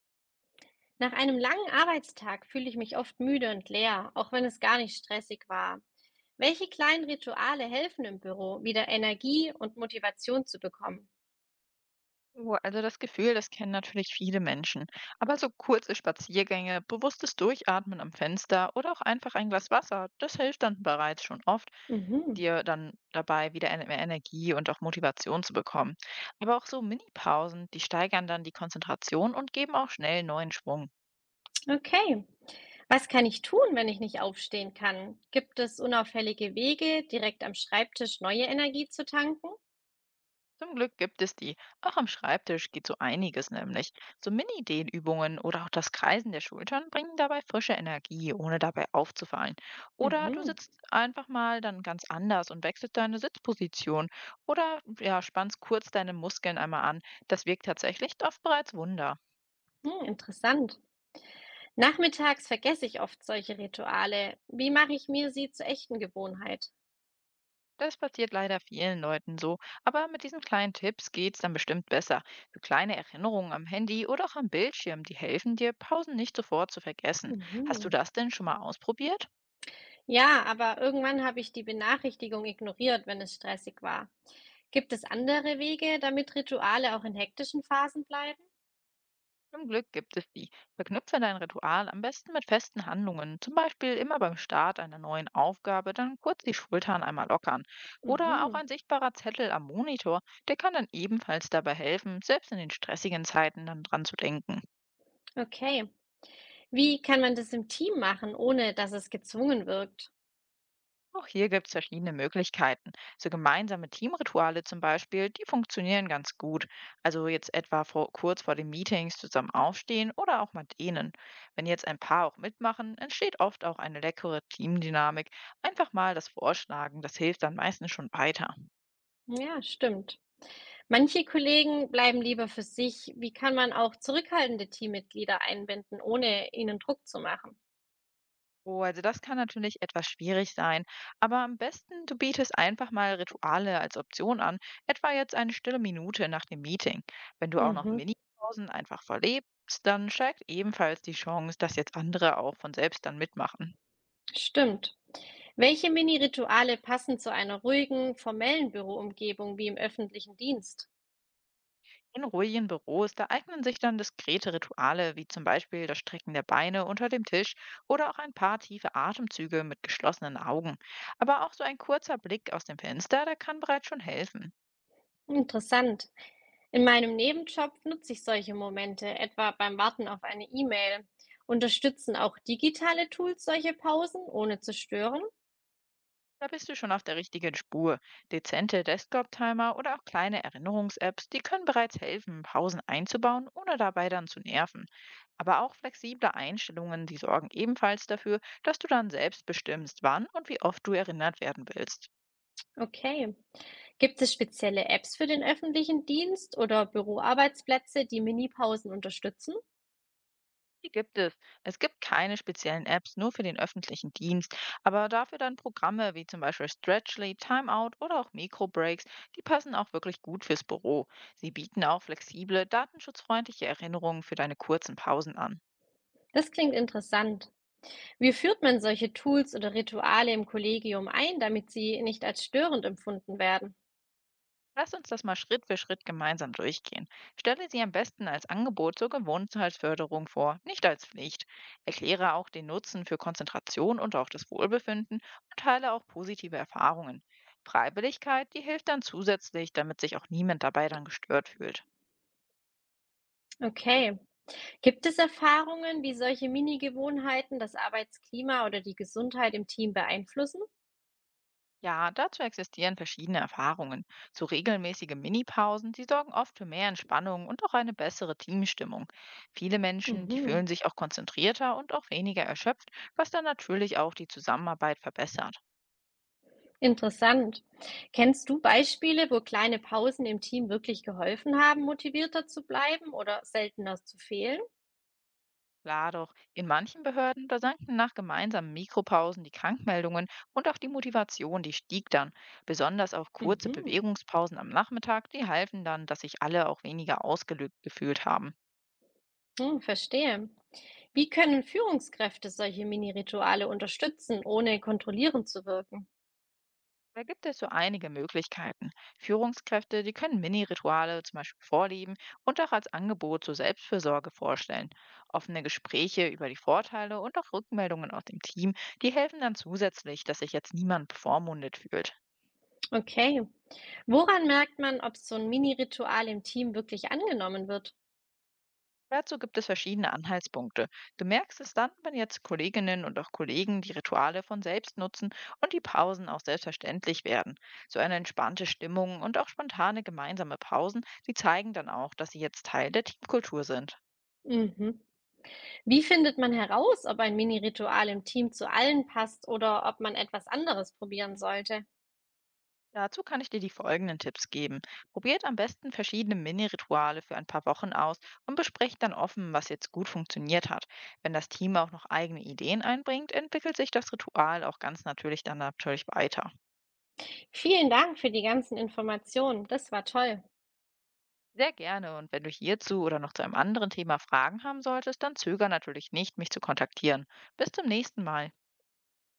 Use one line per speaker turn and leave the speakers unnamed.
Nach einem langen Arbeitstag fühle ich mich oft müde und leer, auch wenn es gar nicht stressig war. Welche kleinen Rituale helfen im Büro, wieder Energie und Motivation zu bekommen?
Oh, also das Gefühl, das kennen natürlich viele Menschen. Aber so kurze Spaziergänge, bewusstes Durchatmen am Fenster oder auch einfach ein Glas Wasser, das hilft dann bereits schon oft,
Mhm.
dir dann dabei wieder mehr Energie und auch Motivation zu bekommen. Aber auch so Mini-Pausen, die steigern dann die Konzentration und geben auch schnell neuen Schwung.
Okay. Was kann ich tun, wenn ich nicht aufstehen kann? Gibt es unauffällige Wege, direkt am Schreibtisch neue Energie zu tanken?
Zum Glück gibt es die. Auch am Schreibtisch geht so einiges nämlich. So Mini-Dehnübungen oder auch das Kreisen der Schultern bringen dabei frische Energie, ohne dabei aufzufallen. Oder du
Mhm.
sitzt einfach mal dann ganz anders und wechselst deine Sitzposition. Oder ja, spannst kurz deine Muskeln einmal an. Das wirkt tatsächlich oft bereits Wunder.
Hm, interessant. Nachmittags vergesse ich oft solche Rituale. Wie mache ich mir sie zur echten Gewohnheit?
Das passiert leider vielen Leuten so, aber mit diesen kleinen Tipps geht's dann bestimmt besser. So kleine Erinnerungen am Handy oder auch am Bildschirm, die helfen dir, Pausen nicht sofort zu vergessen. Hast du
Mhm.
das denn schon mal ausprobiert?
Ja, aber irgendwann habe ich die Benachrichtigung ignoriert, wenn es stressig war. Gibt es andere Wege, damit Rituale auch in hektischen Phasen bleiben?
Zum Glück gibt es die. Verknüpfe dein Ritual am besten mit festen Handlungen, zum Beispiel immer beim Start einer neuen Aufgabe dann kurz die Schultern einmal lockern. Oder auch
Mhm.
ein sichtbarer Zettel am Monitor, der kann dann ebenfalls dabei helfen, selbst in den stressigen Zeiten dann dran zu denken.
Okay. Wie kann man das im Team machen, ohne dass es gezwungen wirkt?
Auch hier gibt es verschiedene Möglichkeiten. So gemeinsame Teamrituale zum Beispiel, die funktionieren ganz gut. Also jetzt etwa kurz vor den Meetings zusammen aufstehen oder auch mal dehnen. Wenn jetzt ein paar auch mitmachen, entsteht oft auch eine leckere Teamdynamik. Einfach mal das Vorschlagen, das hilft dann meistens schon weiter.
Ja, stimmt. Manche Kollegen bleiben lieber für sich. Wie kann man auch zurückhaltende Teammitglieder einbinden, ohne ihnen Druck zu machen?
Oh, also das kann natürlich etwas schwierig sein, aber am besten du bietest einfach mal Rituale als Option an, etwa jetzt eine stille Minute nach dem Meeting. Wenn du auch noch
Mhm.
Minipausen einfach verlebst, dann steigt ebenfalls die Chance, dass jetzt andere auch von selbst dann mitmachen.
Stimmt. Welche Mini-Rituale passen zu einer ruhigen, formellen Büroumgebung wie im öffentlichen Dienst?
In ruhigen Büros, da eignen sich dann diskrete Rituale, wie zum Beispiel das Strecken der Beine unter dem Tisch oder auch ein paar tiefe Atemzüge mit geschlossenen Augen. Aber auch so ein kurzer Blick aus dem Fenster, der kann bereits schon helfen.
Interessant. In meinem Nebenjob nutze ich solche Momente, etwa beim Warten auf eine E-Mail. Unterstützen auch digitale Tools solche Pausen, ohne zu stören?
Da bist du schon auf der richtigen Spur. Dezente Desktop-Timer oder auch kleine Erinnerungs-Apps, die können bereits helfen, Pausen einzubauen, ohne dabei dann zu nerven. Aber auch flexible Einstellungen, die sorgen ebenfalls dafür, dass du dann selbst bestimmst, wann und wie oft du erinnert werden willst.
Okay. Gibt es spezielle Apps für den öffentlichen Dienst oder Büroarbeitsplätze, die Minipausen unterstützen?
Die gibt es. Es gibt keine speziellen Apps nur für den öffentlichen Dienst, aber dafür dann Programme wie zum Beispiel Stretchly, Timeout oder auch Microbreaks, die passen auch wirklich gut fürs Büro. Sie bieten auch flexible, datenschutzfreundliche Erinnerungen für deine kurzen Pausen an.
Das klingt interessant. Wie führt man solche Tools oder Rituale im Kollegium ein, damit sie nicht als störend empfunden werden?
Lass uns das mal Schritt für Schritt gemeinsam durchgehen. Stelle sie am besten als Angebot zur Gewohnheitsförderung vor, nicht als Pflicht. Erkläre auch den Nutzen für Konzentration und auch das Wohlbefinden und teile auch positive Erfahrungen. Freiwilligkeit, die hilft dann zusätzlich, damit sich auch niemand dabei dann gestört fühlt.
Okay. Gibt es Erfahrungen, wie solche Mini-Gewohnheiten das Arbeitsklima oder die Gesundheit im Team beeinflussen?
Ja, dazu existieren verschiedene Erfahrungen. So regelmäßige Minipausen, die sorgen oft für mehr Entspannung und auch eine bessere Teamstimmung. Viele Menschen, die
Mhm.
fühlen sich auch konzentrierter und auch weniger erschöpft, was dann natürlich auch die Zusammenarbeit verbessert.
Interessant. Kennst du Beispiele, wo kleine Pausen im Team wirklich geholfen haben, motivierter zu bleiben oder seltener zu fehlen?
Klar doch, in manchen Behörden, da sanken nach gemeinsamen Mikropausen die Krankmeldungen und auch die Motivation, die stieg dann. Besonders auch kurze
Mhm.
Bewegungspausen am Nachmittag, die halfen dann, dass sich alle auch weniger ausgelügt gefühlt haben.
Hm, verstehe. Wie können Führungskräfte solche Mini-Rituale unterstützen, ohne kontrollierend zu wirken?
Da gibt es so einige Möglichkeiten. Führungskräfte, die können Mini-Rituale zum Beispiel vorlieben und auch als Angebot zur Selbstfürsorge vorstellen. Offene Gespräche über die Vorteile und auch Rückmeldungen aus dem Team, die helfen dann zusätzlich, dass sich jetzt niemand bevormundet fühlt.
Okay. Woran merkt man, ob so ein Mini-Ritual im Team wirklich angenommen wird?
Dazu gibt es verschiedene Anhaltspunkte. Du merkst es dann, wenn jetzt Kolleginnen und auch Kollegen die Rituale von selbst nutzen und die Pausen auch selbstverständlich werden. So eine entspannte Stimmung und auch spontane gemeinsame Pausen, die zeigen dann auch, dass sie jetzt Teil der Teamkultur sind.
Mhm. Wie findet man heraus, ob ein Mini-Ritual im Team zu allen passt oder ob man etwas anderes probieren sollte?
Dazu kann ich dir die folgenden Tipps geben. Probiert am besten verschiedene Mini-Rituale für ein paar Wochen aus und besprecht dann offen, was jetzt gut funktioniert hat. Wenn das Team auch noch eigene Ideen einbringt, entwickelt sich das Ritual auch ganz natürlich dann natürlich weiter.
Vielen Dank für die ganzen Informationen. Das war toll.
Sehr gerne. Und wenn du hierzu oder noch zu einem anderen Thema Fragen haben solltest, dann zöger natürlich nicht, mich zu kontaktieren. Bis zum nächsten Mal.